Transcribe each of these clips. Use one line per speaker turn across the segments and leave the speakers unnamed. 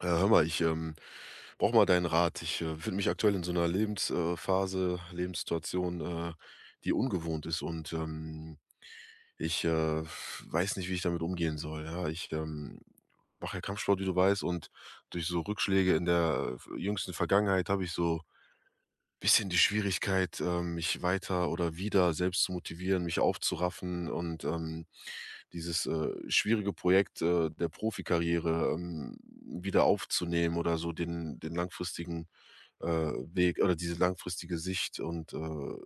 Hör mal, ich brauche mal deinen Rat. Ich befinde mich aktuell in so einer Lebensphase, Phase, Lebenssituation, die ungewohnt ist und, ich, weiß nicht, wie ich damit umgehen soll, ja. Ich, mache ja Kampfsport, wie du weißt, und durch so Rückschläge in der v jüngsten Vergangenheit habe ich so ein bisschen die Schwierigkeit, mich weiter oder wieder selbst zu motivieren, mich aufzuraffen und, dieses, schwierige Projekt, der Profikarriere, wieder aufzunehmen oder so den langfristigen, Weg oder diese langfristige Sicht und,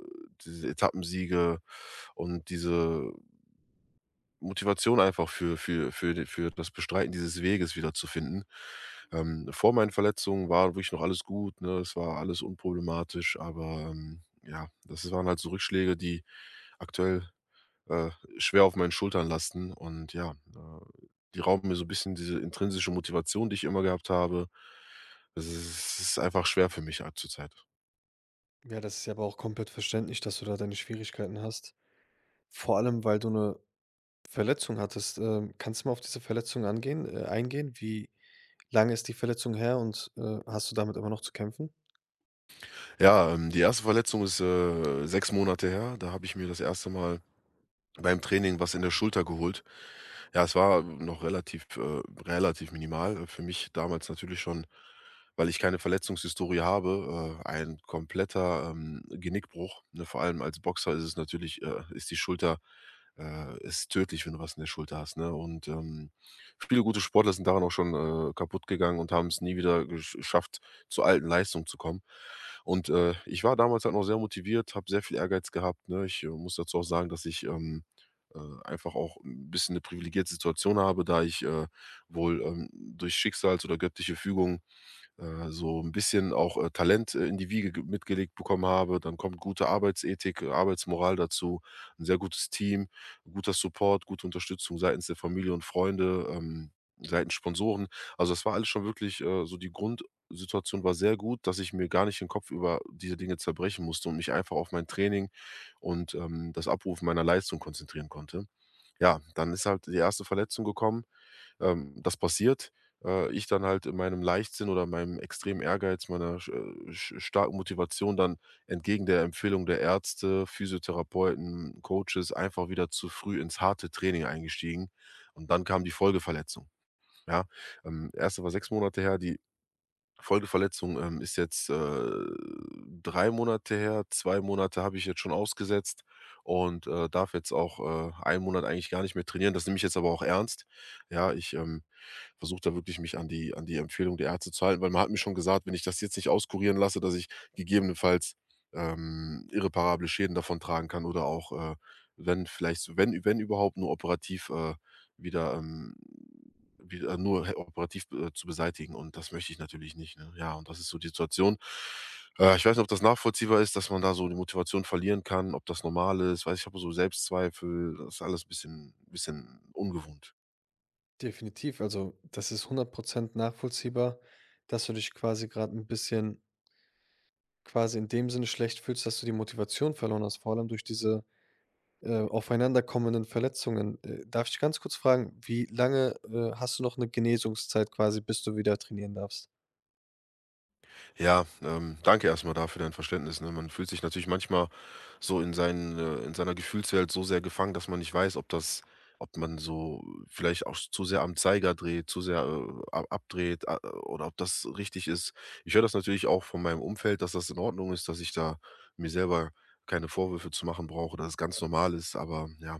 diese Etappensiege und diese Motivation einfach für das Bestreiten dieses Weges wiederzufinden. Vor meinen Verletzungen war wirklich noch alles gut, ne? Es war alles unproblematisch, aber, ja, das waren halt so Rückschläge, die aktuell äh, schwer auf meinen Schultern lasten und ja, die rauben mir so 'n bisschen diese intrinsische Motivation, die ich immer gehabt habe. Es ist einfach schwer für mich halt zurzeit.
Ja, das ist ja aber auch komplett verständlich, dass du da deine Schwierigkeiten hast. Vor allem, weil du eine Verletzung hattest. Kannst du mal auf diese Verletzung angehen eingehen? Wie lange ist die Verletzung her und, hast du damit immer noch zu kämpfen?
Ja, die erste Verletzung ist, 6 Monate her. Da habe ich mir das erste Mal beim Training was in der Schulter geholt. Ja, es war noch relativ minimal. Für mich damals natürlich schon, weil ich keine Verletzungshistorie habe, ein kompletter, Genickbruch, ne? Vor allem als Boxer ist es natürlich ist die Schulter, ist tödlich, wenn du was in der Schulter hast, ne? Und, viele gute Sportler sind daran auch schon, kaputt gegangen und haben es nie wieder gesch schafft, zur alten Leistung zu kommen. Und, ich war damals halt noch sehr motiviert, habe sehr viel Ehrgeiz gehabt, ne? Ich, muss dazu auch sagen, dass ich, einfach auch ein bisschen eine privilegierte Situation habe, da ich, wohl, durch Schicksals oder göttliche Fügung, so ein bisschen auch, Talent, in die Wiege ge mitgelegt bekommen habe. Dann kommt gute Arbeitsethik, Arbeitsmoral dazu, ein sehr gutes Team, guter Support, gute Unterstützung seitens der Familie und Freunde, seitens Sponsoren. Also, das war alles schon wirklich, so die Grundsituation war sehr gut, dass ich mir gar nicht den Kopf über diese Dinge zerbrechen musste und mich einfach auf mein Training und, das Abrufen meiner Leistung konzentrieren konnte. Ja, dann ist halt die erste Verletzung gekommen, das passiert. Ich dann halt in meinem Leichtsinn oder meinem extremen Ehrgeiz, meiner sch sch starken Motivation dann entgegen der Empfehlung der Ärzte, Physiotherapeuten, Coaches einfach wieder zu früh ins harte Training eingestiegen und dann kam die Folgeverletzung, ja? Erste war 6 Monate her, die Folgeverletzung, ist jetzt, 3 Monate her. 2 Monate habe ich jetzt schon ausgesetzt und, darf jetzt auch, 1 Monat eigentlich gar nicht mehr trainieren. Das nehme ich jetzt aber auch ernst. Ja, ich, versuche da wirklich mich an die Empfehlung der Ärzte zu halten, weil man hat mir schon gesagt, wenn ich das jetzt nicht auskurieren lasse, dass ich gegebenenfalls, irreparable Schäden davon tragen kann oder auch, wenn vielleicht wenn überhaupt nur operativ, wieder, wieder nur he operativ, zu beseitigen und das möchte ich natürlich nicht, ne? Ja, und das ist so die Situation. Ich weiß nicht, ob das nachvollziehbar ist, dass man da so die Motivation verlieren kann, ob das normal ist. Weiß, ich habe so Selbstzweifel, das ist alles ein bisschen ungewohnt.
Definitiv. Also, das ist hundert Prozent nachvollziehbar, dass du dich quasi gerade ein bisschen quasi in dem Sinne schlecht fühlst, dass du die Motivation verloren hast, vor allem durch diese aufeinanderkommenden Verletzungen. Darf ich ganz kurz fragen, wie lange, hast du noch eine Genesungszeit quasi, bis du wieder trainieren darfst?
Ja, danke erstmal dafür dein Verständnis, ne? Man fühlt sich natürlich manchmal so in seiner Gefühlswelt so sehr gefangen, dass man nicht weiß, ob man so vielleicht auch zu sehr am Zeiger dreht, zu sehr, ab abdreht, a oder ob das richtig ist. Ich höre das natürlich auch von meinem Umfeld, dass das in Ordnung ist, dass ich da mir selber keine Vorwürfe zu machen brauche, dass es ganz normal ist, aber ja,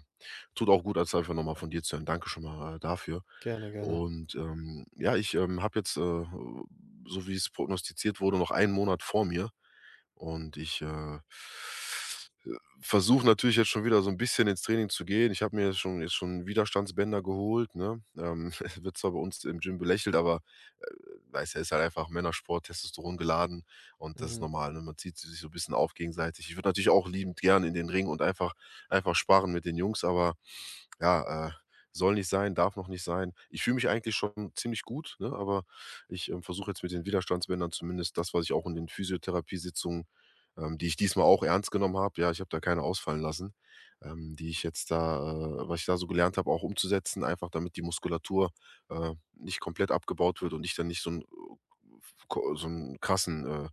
tut auch gut, als einfach nochmal von dir zu hören. Danke schon mal, dafür.
Gerne, gerne.
Und, ja, ich, habe jetzt, so wie es prognostiziert wurde, noch einen Monat vor mir und ich, versuche natürlich jetzt schon wieder so ein bisschen ins Training zu gehen. Ich habe mir jetzt schon Widerstandsbänder geholt, ne? Wird zwar bei uns im Gym belächelt, aber, äh, weißt ja, ist halt einfach Männersport, Testosteron geladen und das ist
Mhm.
normal, ne? Man zieht sich so ein bisschen auf gegenseitig. Ich würde natürlich auch liebend gern in den Ring und einfach sparen mit den Jungs, aber ja, soll nicht sein, darf noch nicht sein. Ich fühle mich eigentlich schon ziemlich gut, ne, aber ich, versuche jetzt mit den Widerstandsbändern zumindest das, was ich auch in den Physiotherapiesitzungen, die ich diesmal auch ernst genommen habe, ja, ich habe da keine ausfallen lassen, die ich jetzt da was ich da so gelernt habe, auch umzusetzen, einfach damit die Muskulatur, nicht komplett abgebaut wird und ich dann nicht so ein ko so 'n krassen,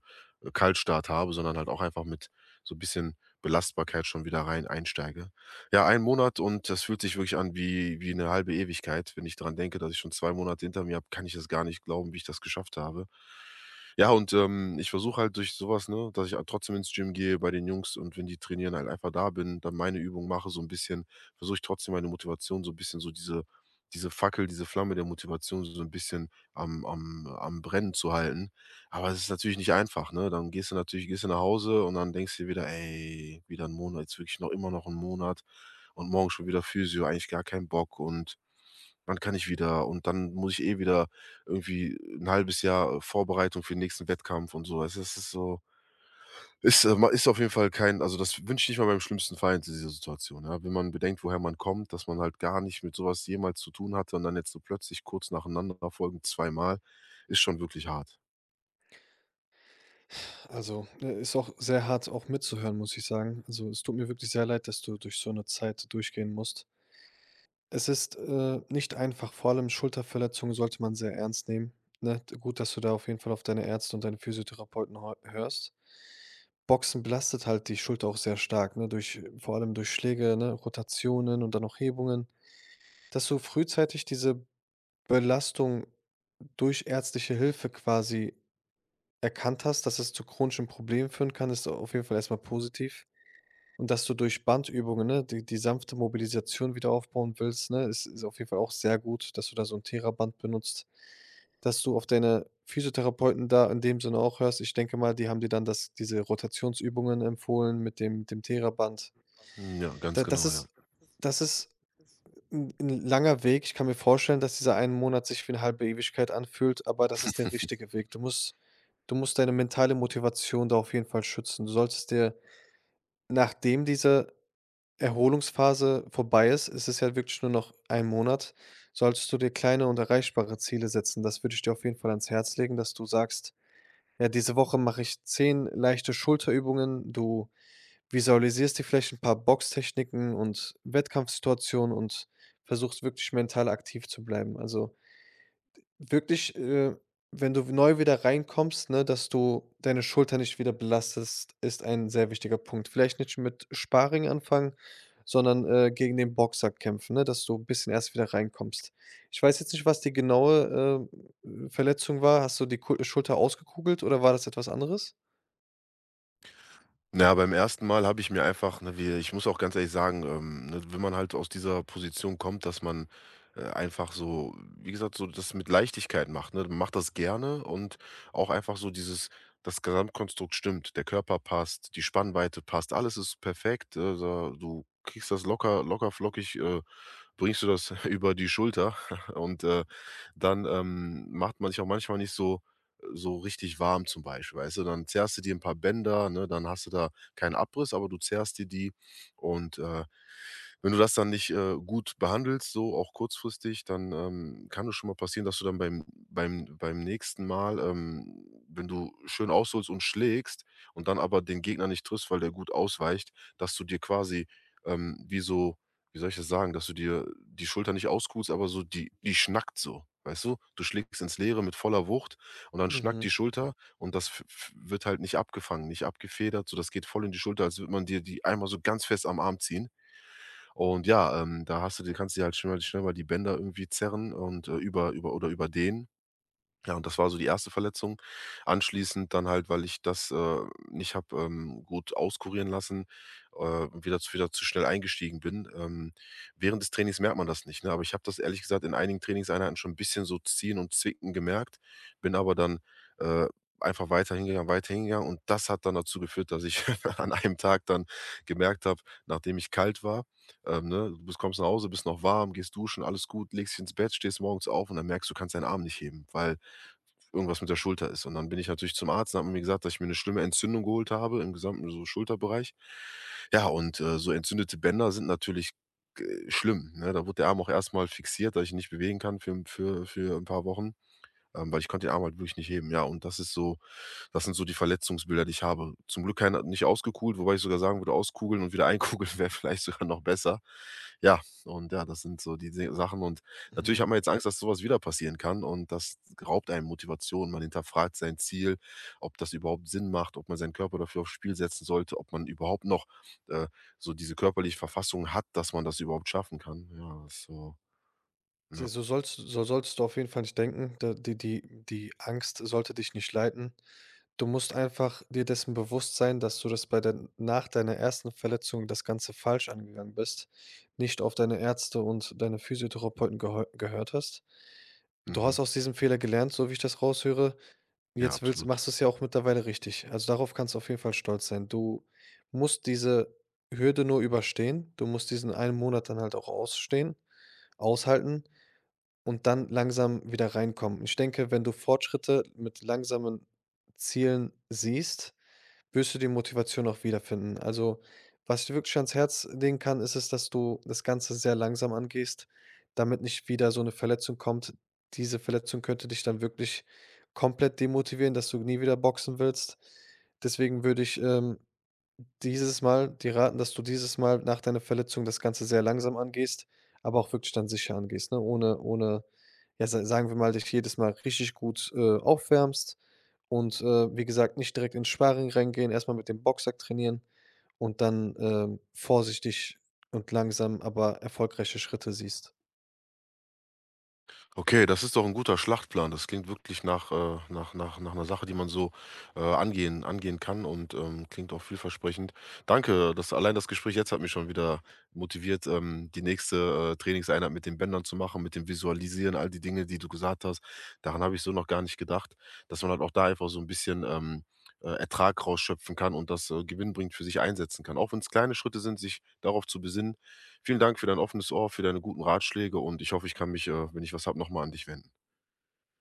Kaltstart habe, sondern halt auch einfach mit so ein bisschen Belastbarkeit schon wieder rein einsteige. Ja, ein Monat und das fühlt sich wirklich an wie eine halbe Ewigkeit. Wenn ich dran denke, dass ich schon 2 Monate hinter mir habe, kann ich das gar nicht glauben, wie ich das geschafft habe. Ja, und, ich versuche halt durch sowas, ne, dass ich halt trotzdem ins Gym gehe bei den Jungs und wenn die trainieren, halt einfach da bin, dann meine Übung mache so ein bisschen, versuche ich trotzdem meine Motivation so ein bisschen so diese Fackel, diese Flamme der Motivation so ein bisschen am Brennen zu halten. Aber es ist natürlich nicht einfach, ne? Dann gehst du nach Hause und dann denkst du dir wieder: „Ey, wieder ein Monat, jetzt wirklich noch immer noch ein Monat." Und morgen schon wieder Physio, eigentlich gar keinen Bock und wann kann ich wieder und dann muss ich eh wieder irgendwie ein halbes Jahr Vorbereitung für den nächsten Wettkampf und so. Also, es ist so ist ma- ist auf jeden Fall kein, also, das wünsche ich nicht mal beim schlimmsten Feind in dieser Situation, ja? Wenn man bedenkt, woher man kommt, dass man halt gar nicht mit sowas jemals zu tun hatte und dann jetzt so plötzlich kurz nacheinander folgend zweimal, ist schon wirklich hart.
Also, ist auch sehr hart auch mitzuhören, muss ich sagen. Also, es tut mir wirklich sehr leid, dass du durch so eine Zeit durchgehen musst. Es ist, nicht einfach, vor allem Schulterverletzungen sollte man sehr ernst nehmen, ne? D Gut, dass du da auf jeden Fall auf deine Ärzte und deine Physiotherapeuten heu hörst. Boxen belastet halt die Schulter auch sehr stark, ne, durch vor allem durch Schläge, ne, Rotationen und dann auch Hebungen. Dass du frühzeitig diese Belastung durch ärztliche Hilfe quasi erkannt hast, dass es zu chronischen Problemen führen kann, ist auf jeden Fall erstmal positiv. Und dass du durch Bandübungen, ne, die sanfte Mobilisation wieder aufbauen willst, ne, ist auf jeden Fall auch sehr gut, dass du da so ein Theraband benutzt, dass du auf deine Physiotherapeuten da in dem Sinne auch hörst. Ich denke mal, die haben dir dann das diese Rotationsübungen empfohlen mit dem Theraband.
Hm, ja, ganz
Da
genau, ja.
das ist 'n 'n langer Weg. Ich kann mir vorstellen, dass dieser 1 Monat sich wie 'ne halbe Ewigkeit anfühlt, aber das ist der richtige Weg. Du musst deine mentale Motivation da auf jeden Fall schützen. Du solltest dir, nachdem diese Erholungsphase vorbei ist — es ist ja wirklich nur noch ein Monat — solltest du dir kleine und erreichbare Ziele setzen. Das würde ich dir auf jeden Fall ans Herz legen, dass du sagst: „Ja, diese Woche mache ich 10 leichte Schulterübungen.“ Du visualisierst dir vielleicht ein paar Boxtechniken und Wettkampfsituationen und versuchst wirklich mental aktiv zu bleiben. Also, wirklich, wenn du neu wieder reinkommst, ne, dass du deine Schulter nicht wieder belastest, ist ein sehr wichtiger Punkt. Vielleicht nicht mit Sparring anfangen, sondern, gegen den Boxer kämpfen, ne, dass du ein bisschen erst wieder reinkommst. Ich weiß jetzt nicht, was die genaue, Verletzung war. Hast du die Ku Schulter ausgekugelt oder war das etwas anderes?
Na, beim ersten Mal habe ich mir einfach, ne, wie, ich muss auch ganz ehrlich sagen, ne, wenn man halt aus dieser Position kommt, dass man, einfach so wie gesagt, so das mit Leichtigkeit macht, ne? Man macht das gerne und auch einfach so dieses das Gesamtkonstrukt stimmt. Der Körper passt, die Spannweite passt, alles ist perfekt. Da du kriegst das lockerflockig, bringst du das über die Schulter und, dann, macht man sich auch manchmal nicht so richtig warm zum Beispiel, weißt du? Dann zerrst du dir ein paar Bänder, ne? Dann hast du da keinen Abriss, aber du zerrst dir die und, wenn du das dann nicht, gut behandelst, so auch kurzfristig, dann, kann es schon mal passieren, dass du dann beim nächsten Mal, wenn du schön ausholst und schlägst und dann aber den Gegner nicht triffst, weil der gut ausweicht, dass du dir quasi, ähm, wie so wie soll ich das sagen, dass du dir die Schulter nicht auskuhst, aber so die schnackt so, weißt du? Du schlägst ins Leere mit voller Wucht und dann schnackt
Mhm,
die Schulter und das f f wird halt nicht abgefangen, nicht abgefedert, so das geht voll in die Schulter, als würde man dir die einmal so ganz fest am Arm ziehen. Und ja, da hast du die, kannst du dir halt schnell mal die Bänder irgendwie zerren und, über oder überdehnen, ja, und das war so die erste Verletzung. Anschließend dann halt, weil ich das, nicht habe, gut auskurieren lassen, wieder zu schnell eingestiegen bin. Während des Trainings merkt man das nicht, ne? Aber ich habe das ehrlich gesagt in einigen Trainingseinheiten schon ein bisschen so ziehen und zwicken gemerkt, bin aber dann, äh, einfach weiter hingegangen und das hat dann dazu geführt, dass ich an einem Tag dann gemerkt habe, nachdem ich kalt war, ne, du bist kommst nach Hause, bist noch warm, gehst duschen, alles gut, legst dich ins Bett, stehst morgens auf und dann merkst, du kannst deinen Arm nicht heben, weil irgendwas mit der Schulter ist. Und dann bin ich natürlich zum Arzt und habe mir gesagt, dass ich mir eine schlimme Entzündung geholt habe im gesamten so Schulterbereich. Ja, und, so entzündete Bänder sind natürlich, schlimm, ne? Da wurde der Arm auch erstmal fixiert, dass ich ihn nicht bewegen kann für ein paar Wochen, weil ich konnte den Arm halt wirklich nicht heben. Ja, und das sind so die Verletzungsbilder, die ich habe. Zum Glück keiner nicht ausgekugelt, wobei ich sogar sagen würde, auskugeln und wieder einkugeln wäre vielleicht sogar noch besser. Ja, und ja, das sind so die Se Sachen und natürlich
mhm.
hat man jetzt Angst, dass sowas wieder passieren kann und das raubt einem Motivation. Man hinterfragt sein Ziel, ob das überhaupt Sinn macht, ob man seinen Körper dafür aufs Spiel setzen sollte, ob man überhaupt noch, äh, so diese körperliche Verfassung hat, dass man das überhaupt schaffen kann. Ja, das ist so, ja.
Ja, so sollst du auf jeden Fall nicht denken. Da die Angst sollte dich nicht leiten. Du musst einfach dir dessen bewusst sein, dass du das bei der nach deiner ersten Verletzung das Ganze falsch angegangen bist, nicht auf deine Ärzte und deine Physiotherapeuten geheu gehört hast. Du
Mhm.
hast aus diesem Fehler gelernt, so wie ich das raushöre.
Ja,
Jetzt willst
absolut.
machst du es ja auch mittlerweile richtig. Also, darauf kannst du auf jeden Fall stolz sein. Du musst diese Hürde nur überstehen. Du musst diesen einen Monat dann halt auch ausstehen, aushalten und dann langsam wieder reinkommen. Ich denke, wenn du Fortschritte mit langsamen Zielen siehst, wirst du die Motivation auch wiederfinden. Also, was ich dir wirklich ans Herz legen kann, ist es, dass du das Ganze sehr langsam angehst, damit nicht wieder so eine Verletzung kommt. Diese Verletzung könnte dich dann wirklich komplett demotivieren, dass du nie wieder boxen willst. Deswegen würde ich, dieses Mal die raten, dass du dieses Mal nach deiner Verletzung das Ganze sehr langsam angehst, aber auch wirklich dann sicher angehst, ne? Ohne ja, sa sagen wir mal, dich jedes Mal richtig gut, aufwärmst und, wie gesagt, nicht direkt ins Sparring reingehen, erstmal mit dem Boxsack trainieren und dann, vorsichtig und langsam, aber erfolgreiche Schritte siehst.
Okay, das ist doch ein guter Schlachtplan. Das klingt wirklich nach einer Sache, die man so, angehen kann und, klingt auch vielversprechend. Danke, das allein, das Gespräch jetzt hat mich schon wieder motiviert, die nächste, Trainingseinheit mit den Bändern zu machen, mit dem Visualisieren, all die Dinge, die du gesagt hast. Daran habe ich so noch gar nicht gedacht, dass man halt auch da einfach so ein bisschen, Ertrag rausschöpfen kann und das, gewinnbringend für sich einsetzen kann. Auch wenn es kleine Schritte sind, sich darauf zu besinnen. Vielen Dank für dein offenes Ohr, für deine guten Ratschläge und ich hoffe, ich kann mich, wenn ich was habe, nochmal an dich wenden.